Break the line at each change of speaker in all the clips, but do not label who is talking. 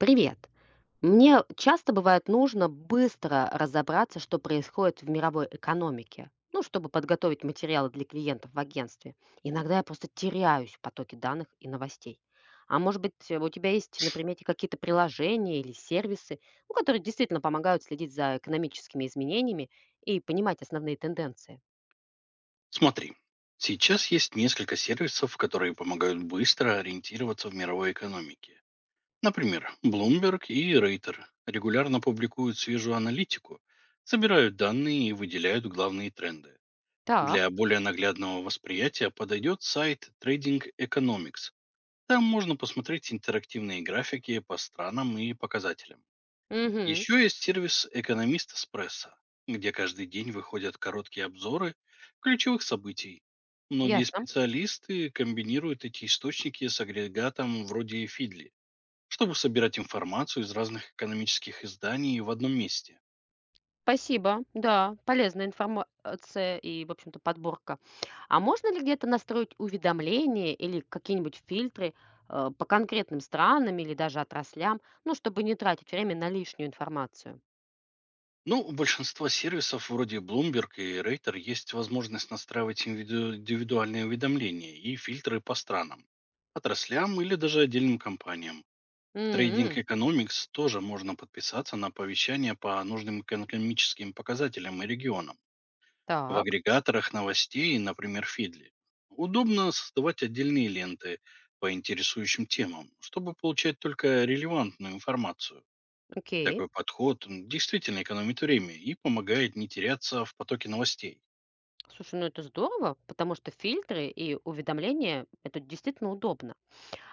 Привет. Мне часто бывает нужно быстро разобраться, что происходит в мировой экономике, ну, чтобы подготовить материалы для клиентов в агентстве. Иногда я просто теряюсь в потоке данных и новостей. А может быть, у тебя есть на примете какие-то приложения или сервисы, ну, которые действительно помогают следить за экономическими изменениями и понимать основные тенденции?
Смотри, сейчас есть несколько сервисов, которые помогают быстро ориентироваться в мировой экономике. Например, Bloomberg и Рейтер регулярно публикуют свежую аналитику, собирают данные и выделяют главные тренды. Для
Так.
более наглядного восприятия подойдет сайт Trading Economics. Там можно посмотреть интерактивные графики по странам и показателям.
Угу.
Еще есть сервис «Экономист Эспрессо», где каждый день выходят короткие обзоры ключевых событий. Многие
Ясно.
специалисты комбинируют эти источники с агрегатом вроде Фидли, чтобы собирать информацию из разных экономических изданий в одном месте.
Спасибо. Да, полезная информация и, в общем-то, подборка. А можно ли где-то настроить уведомления или какие-нибудь фильтры по конкретным странам или даже отраслям, ну, чтобы не тратить время на лишнюю информацию?
Ну, у большинства сервисов вроде Bloomberg и Рейтер есть возможность настраивать индивидуальные уведомления и фильтры по странам, отраслям или даже отдельным компаниям. В Trading
М.
Economics тоже можно подписаться на оповещания по нужным экономическим показателям и регионам. В
Так.
агрегаторах новостей, например, Фидли, удобно создавать отдельные ленты по интересующим темам, чтобы получать только релевантную информацию.
Окей.
Такой подход действительно экономит время и помогает не теряться в потоке новостей.
Слушай, ну это здорово, потому что фильтры и уведомления это действительно удобно.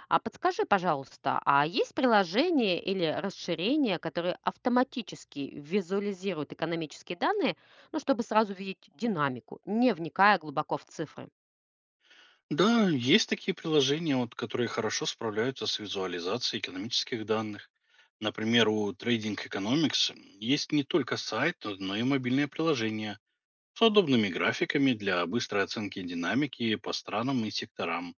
А подскажи, пожалуйста, а есть приложения или расширения, которые автоматически визуализируют экономические данные, ну, чтобы сразу видеть динамику, не вникая глубоко в цифры?
Да, есть такие приложения, вот, которые хорошо справляются с визуализацией экономических данных. Например, у Trading Economics есть не только сайт, но и мобильное приложение с удобными графиками для быстрой оценки динамики по странам и секторам.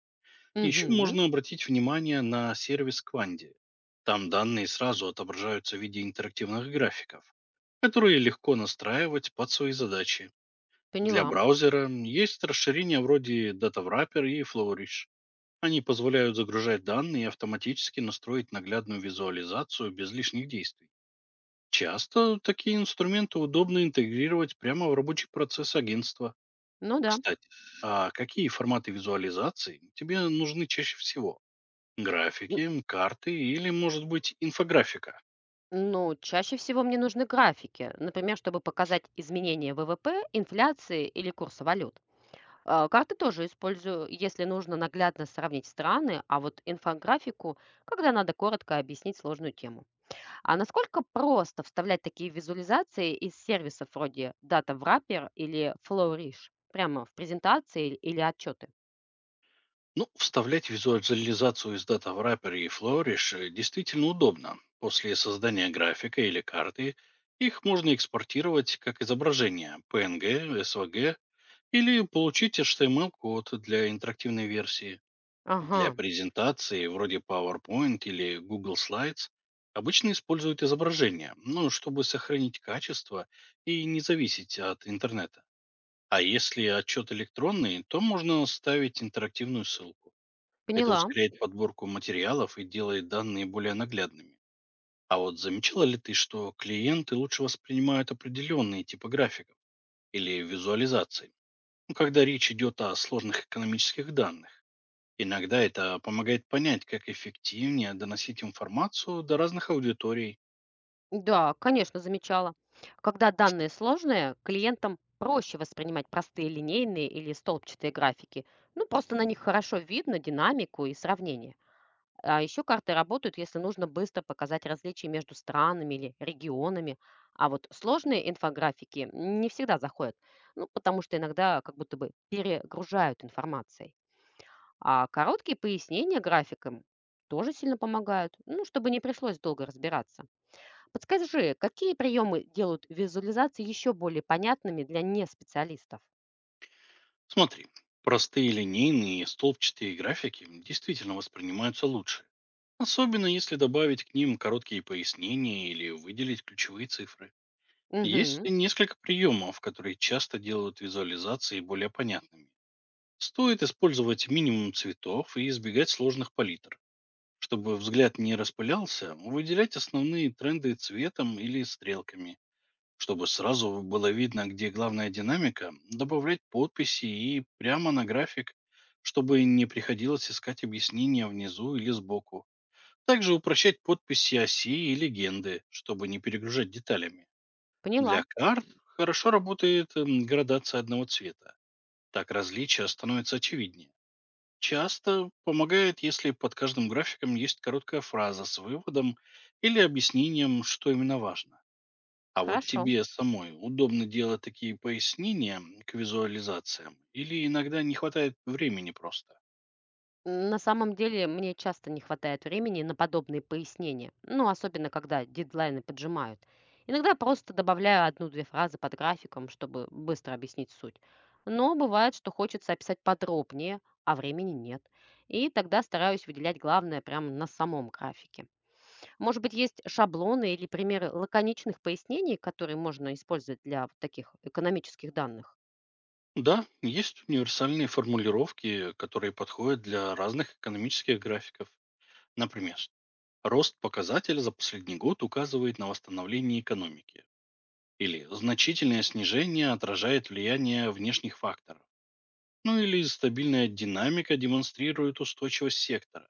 Еще
Угу.
можно обратить внимание на сервис Кванди. Там данные сразу отображаются в виде интерактивных графиков, которые легко настраивать под свои задачи. Для
Поняла.
браузера есть расширения вроде DataWrapper и Flourish, они позволяют загружать данные и автоматически настроить наглядную визуализацию без лишних действий. Часто такие инструменты удобно интегрировать прямо в рабочий процесс агентства.
Ну да.
Кстати, а какие форматы визуализации тебе нужны чаще всего?
Н-
Графики, карты или, может быть, инфографика?
Но чаще всего мне нужны графики, например, чтобы показать изменения ВВП, инфляции или курса валют. А, карты тоже использую, если нужно наглядно сравнить страны, а вот инфографику, когда надо коротко объяснить сложную тему. А насколько просто вставлять такие визуализации из сервисов вроде Data Wrapper или Flourish прямо в презентации или отчеты?
Ну, вставлять визуализацию из Data Wrapper и Flourish действительно удобно. После создания графика или карты их можно экспортировать как изображение PNG, SVG или получить HTML-код для интерактивной версии.
Ага.
Для презентации, вроде PowerPoint или Google Slides, обычно используют изображение, ну, чтобы сохранить качество и не зависеть от интернета. А если отчет электронный, то можно ставить интерактивную ссылку. Это
Поняла.
ускоряет подборку материалов и делает данные более наглядными. А вот замечала ли ты, что клиенты лучше воспринимают определенные типы графиков или визуализаций? Ну, когда речь идет о сложных экономических данных. Иногда это помогает понять, как эффективнее доносить информацию до разных аудиторий.
Да, конечно, замечала. Когда данные сложные, клиентам проще воспринимать простые линейные или столбчатые графики. Ну, просто на них хорошо видно динамику и сравнение. А еще карты работают, если нужно быстро показать различия между странами или регионами. А вот сложные инфографики не всегда заходят, ну, потому что иногда как будто бы перегружают информацией. А короткие пояснения графикам тоже сильно помогают, ну, чтобы не пришлось долго разбираться. Подскажи, какие приемы делают визуализации еще более понятными для неспециалистов?
Смотри, простые линейные и столбчатые графики действительно воспринимаются лучше. Особенно если добавить к ним короткие пояснения или выделить ключевые цифры. Есть
Угу.
несколько приемов, которые часто делают визуализации более понятными. Стоит использовать минимум цветов и избегать сложных палитр. Чтобы взгляд не распылялся, выделять основные тренды цветом или стрелками. Чтобы сразу было видно, где главная динамика, добавлять подписи и прямо на график, чтобы не приходилось искать объяснения внизу или сбоку. Также упрощать подписи оси и легенды, чтобы не перегружать деталями. Для
Поняла.
карт хорошо работает градация одного цвета. Так различия становятся очевиднее. Часто помогает, если под каждым графиком есть короткая фраза с выводом или объяснением, что именно важно. А вот
Хорошо.
тебе самой удобно делать такие пояснения к визуализациям или иногда не хватает времени просто?
На самом деле, мне часто не хватает времени на подобные пояснения, ну, особенно когда дедлайны поджимают. Иногда я просто добавляю одну-две фразы под графиком, чтобы быстро объяснить суть. Но бывает, что хочется описать подробнее, а времени нет. И тогда стараюсь выделять главное прямо на самом графике. Может быть, есть шаблоны или примеры лаконичных пояснений, которые можно использовать для вот таких экономических данных?
Да, есть универсальные формулировки, которые подходят для разных экономических графиков. Например, рост показателя за последний год указывает на восстановление экономики. Или значительное снижение отражает влияние внешних факторов. Ну или стабильная динамика демонстрирует устойчивость сектора.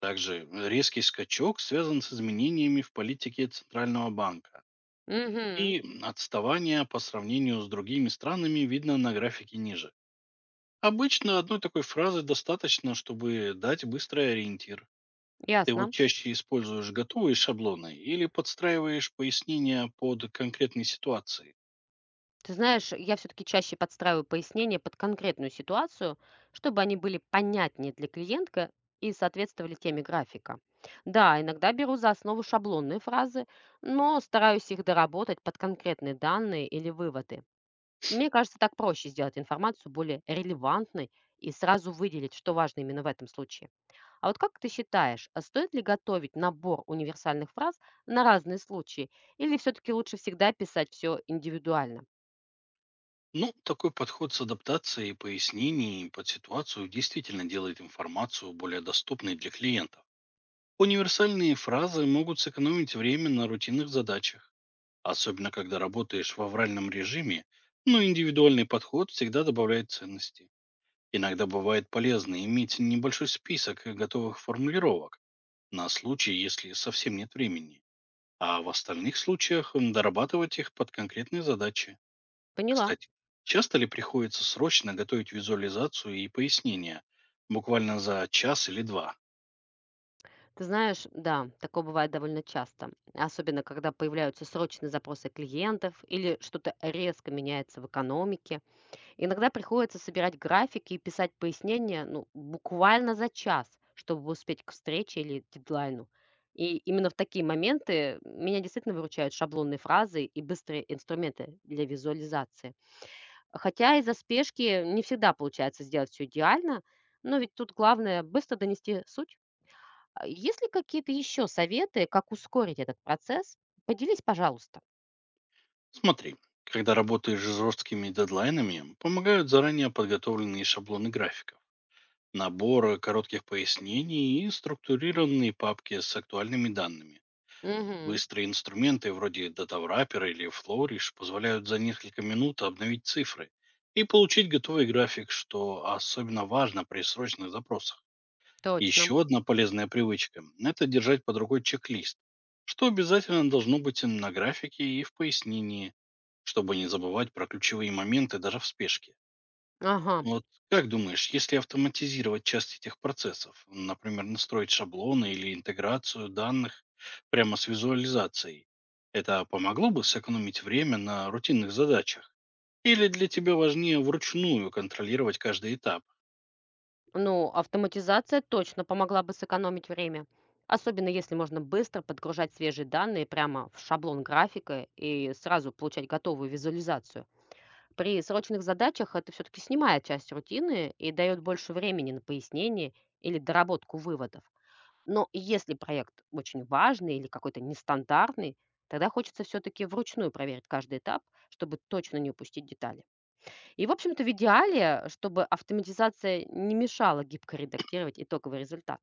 Также резкий скачок связан с изменениями в политике Центрального банка.
Угу.
И отставание по сравнению с другими странами видно на графике ниже. Обычно одной такой фразы достаточно, чтобы дать быстрый ориентир. Ты вот
Ясно.
чаще используешь готовые шаблоны или подстраиваешь пояснения под конкретные ситуации?
Ты знаешь, я все-таки чаще подстраиваю пояснения под конкретную ситуацию, чтобы они были понятнее для клиентка и соответствовали теме графика. Да, иногда беру за основу шаблонные фразы, но стараюсь их доработать под конкретные данные или выводы. Мне кажется, так проще сделать информацию более релевантной и сразу выделить, что важно именно в этом случае. А вот как ты считаешь, а стоит ли готовить набор универсальных фраз на разные случаи, или все-таки лучше всегда писать все индивидуально?
Ну, такой подход с адаптацией и пояснений под ситуацию действительно делает информацию более доступной для клиентов. Универсальные фразы могут сэкономить время на рутинных задачах, особенно когда работаешь в авральном режиме, но индивидуальный подход всегда добавляет ценности. Иногда бывает полезно иметь небольшой список готовых формулировок на случай, если совсем нет времени, а в остальных случаях дорабатывать их под конкретные задачи.
Поняла.
Кстати, часто ли приходится срочно готовить визуализацию и пояснения, буквально за час или два?
Ты знаешь, да, такое бывает довольно часто, особенно когда появляются срочные запросы клиентов или что-то резко меняется в экономике. Иногда приходится собирать графики и писать пояснения, ну, буквально за час, чтобы успеть к встрече или дедлайну. И именно в такие моменты меня действительно выручают шаблонные фразы и быстрые инструменты для визуализации. Хотя из-за спешки не всегда получается сделать все идеально, но ведь тут главное быстро донести суть. А есть ли какие-то еще советы, как ускорить этот процесс? Поделись, пожалуйста.
Смотри, когда работаешь с жесткими дедлайнами, помогают заранее подготовленные шаблоны графиков, набор коротких пояснений и структурированные папки с актуальными данными.
Мгм.
Быстрые инструменты вроде датаврапера или Flourish позволяют за несколько минут обновить цифры и получить готовый график, что особенно важно при срочных запросах.
Точно.
Еще одна полезная привычка – это держать под рукой чек-лист, что обязательно должно быть на графике и в пояснении, чтобы не забывать про ключевые моменты даже в спешке.
Ага.
Вот, как думаешь, если автоматизировать часть этих процессов, например, настроить шаблоны или интеграцию данных прямо с визуализацией, это помогло бы сэкономить время на рутинных задачах? Или для тебя важнее вручную контролировать каждый этап?
Ну, автоматизация точно помогла бы сэкономить время. Особенно если можно быстро подгружать свежие данные прямо в шаблон графика и сразу получать готовую визуализацию. При срочных задачах это все-таки снимает часть рутины и дает больше времени на пояснение или доработку выводов. Но если проект очень важный или какой-то нестандартный, тогда хочется все-таки вручную проверить каждый этап, чтобы точно не упустить детали. И, в общем-то, в идеале, чтобы автоматизация не мешала гибко редактировать итоговый результат.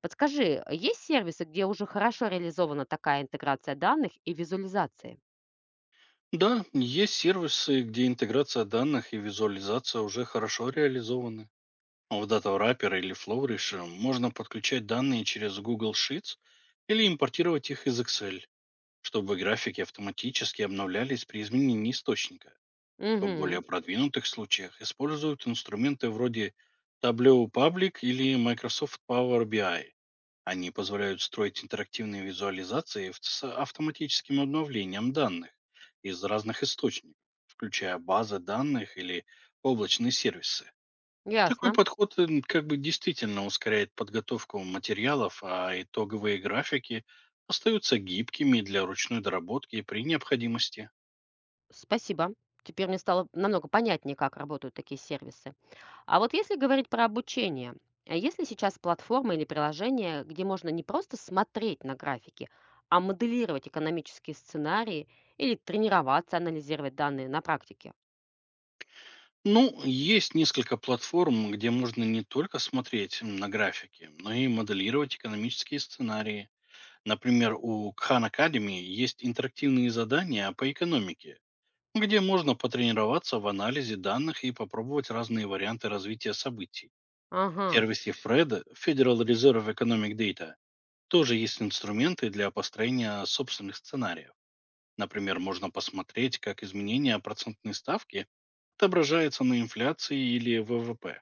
Подскажи, а есть сервисы, где уже хорошо реализована такая интеграция данных и визуализации?
Да, есть сервисы, где интеграция данных и визуализация уже хорошо реализованы. В DataWrapper или Flowrish можно подключать данные через Google Sheets или импортировать их из Excel, чтобы графики автоматически обновлялись при изменении источника. В
Угу.
более продвинутых случаях используют инструменты вроде Tableau Public или Microsoft Power BI. Они позволяют строить интерактивные визуализации с автоматическим обновлением данных из разных источников, включая базы данных или облачные сервисы. Такой
Ясно.
подход как бы действительно ускоряет подготовку материалов, а итоговые графики остаются гибкими для ручной доработки при необходимости.
Спасибо. Теперь мне стало намного понятнее, как работают такие сервисы. А вот если говорить про обучение, а есть ли сейчас платформа или приложение, где можно не просто смотреть на графики, а моделировать экономические сценарии или тренироваться, анализировать данные на практике?
Ну, есть несколько платформ, где можно не только смотреть на графики, но и моделировать экономические сценарии. Например, у Khan Academy есть интерактивные задания по экономике, где можно потренироваться в анализе данных и попробовать разные варианты развития событий.
Ага.
В сервисе Фреда, Federal Reserve Economic Data, тоже есть инструменты для построения собственных сценариев. Например, можно посмотреть, как изменение процентной ставки отображается на инфляции или ВВП.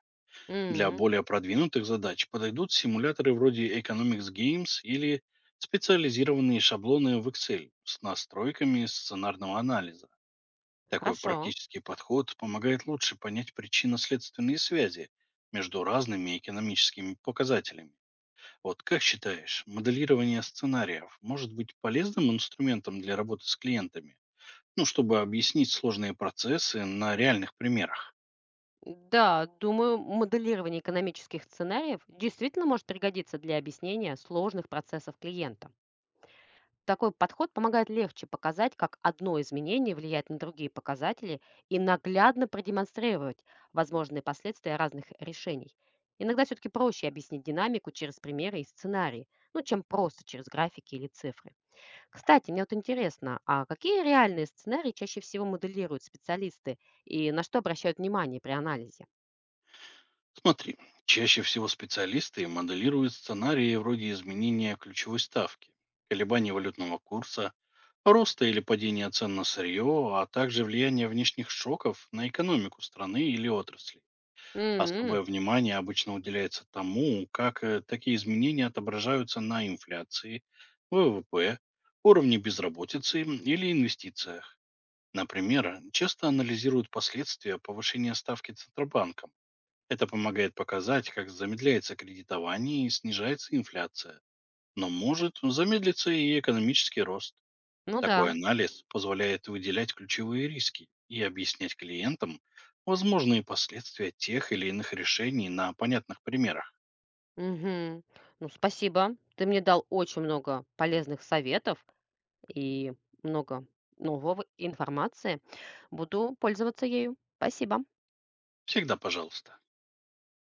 Для
М.
более продвинутых задач подойдут симуляторы вроде Economics Games или специализированные шаблоны в Excel с настройками сценарного анализа. Такой
Хорошо.
практический подход помогает лучше понять причинно-следственные связи между разными экономическими показателями. Вот, как считаешь, моделирование сценариев может быть полезным инструментом для работы с клиентами? Ну, чтобы объяснить сложные процессы на реальных примерах.
Да, думаю, моделирование экономических сценариев действительно может пригодиться для объяснения сложных процессов клиента. Такой подход помогает легче показать, как одно изменение влияет на другие показатели и наглядно продемонстрировать возможные последствия разных решений. Иногда все-таки проще объяснить динамику через примеры и сценарии, ну, чем просто через графики или цифры. Кстати, мне вот интересно, а какие реальные сценарии чаще всего моделируют специалисты и на что обращают внимание при анализе?
Смотри, чаще всего специалисты моделируют сценарии вроде изменения ключевой ставки, колебаний валютного курса, роста или падения цен на сырье, а также влияние внешних шоков на экономику страны или отрасли.
М.
Особое внимание обычно уделяется тому, как такие изменения отображаются на инфляции, ВВП, уровне безработицы или инвестициях. Например, часто анализируют последствия повышения ставки Центробанком. Это помогает показать, как замедляется кредитование и снижается инфляция, но может замедлиться и экономический рост.
Ну да.
Такой анализ позволяет выделять ключевые риски и объяснять клиентам возможные последствия тех или иных решений на понятных примерах.
Мгм. Ну спасибо. Ты мне дал очень много полезных советов и много нового информации. Буду пользоваться ею. Спасибо.
Всегда пожалуйста.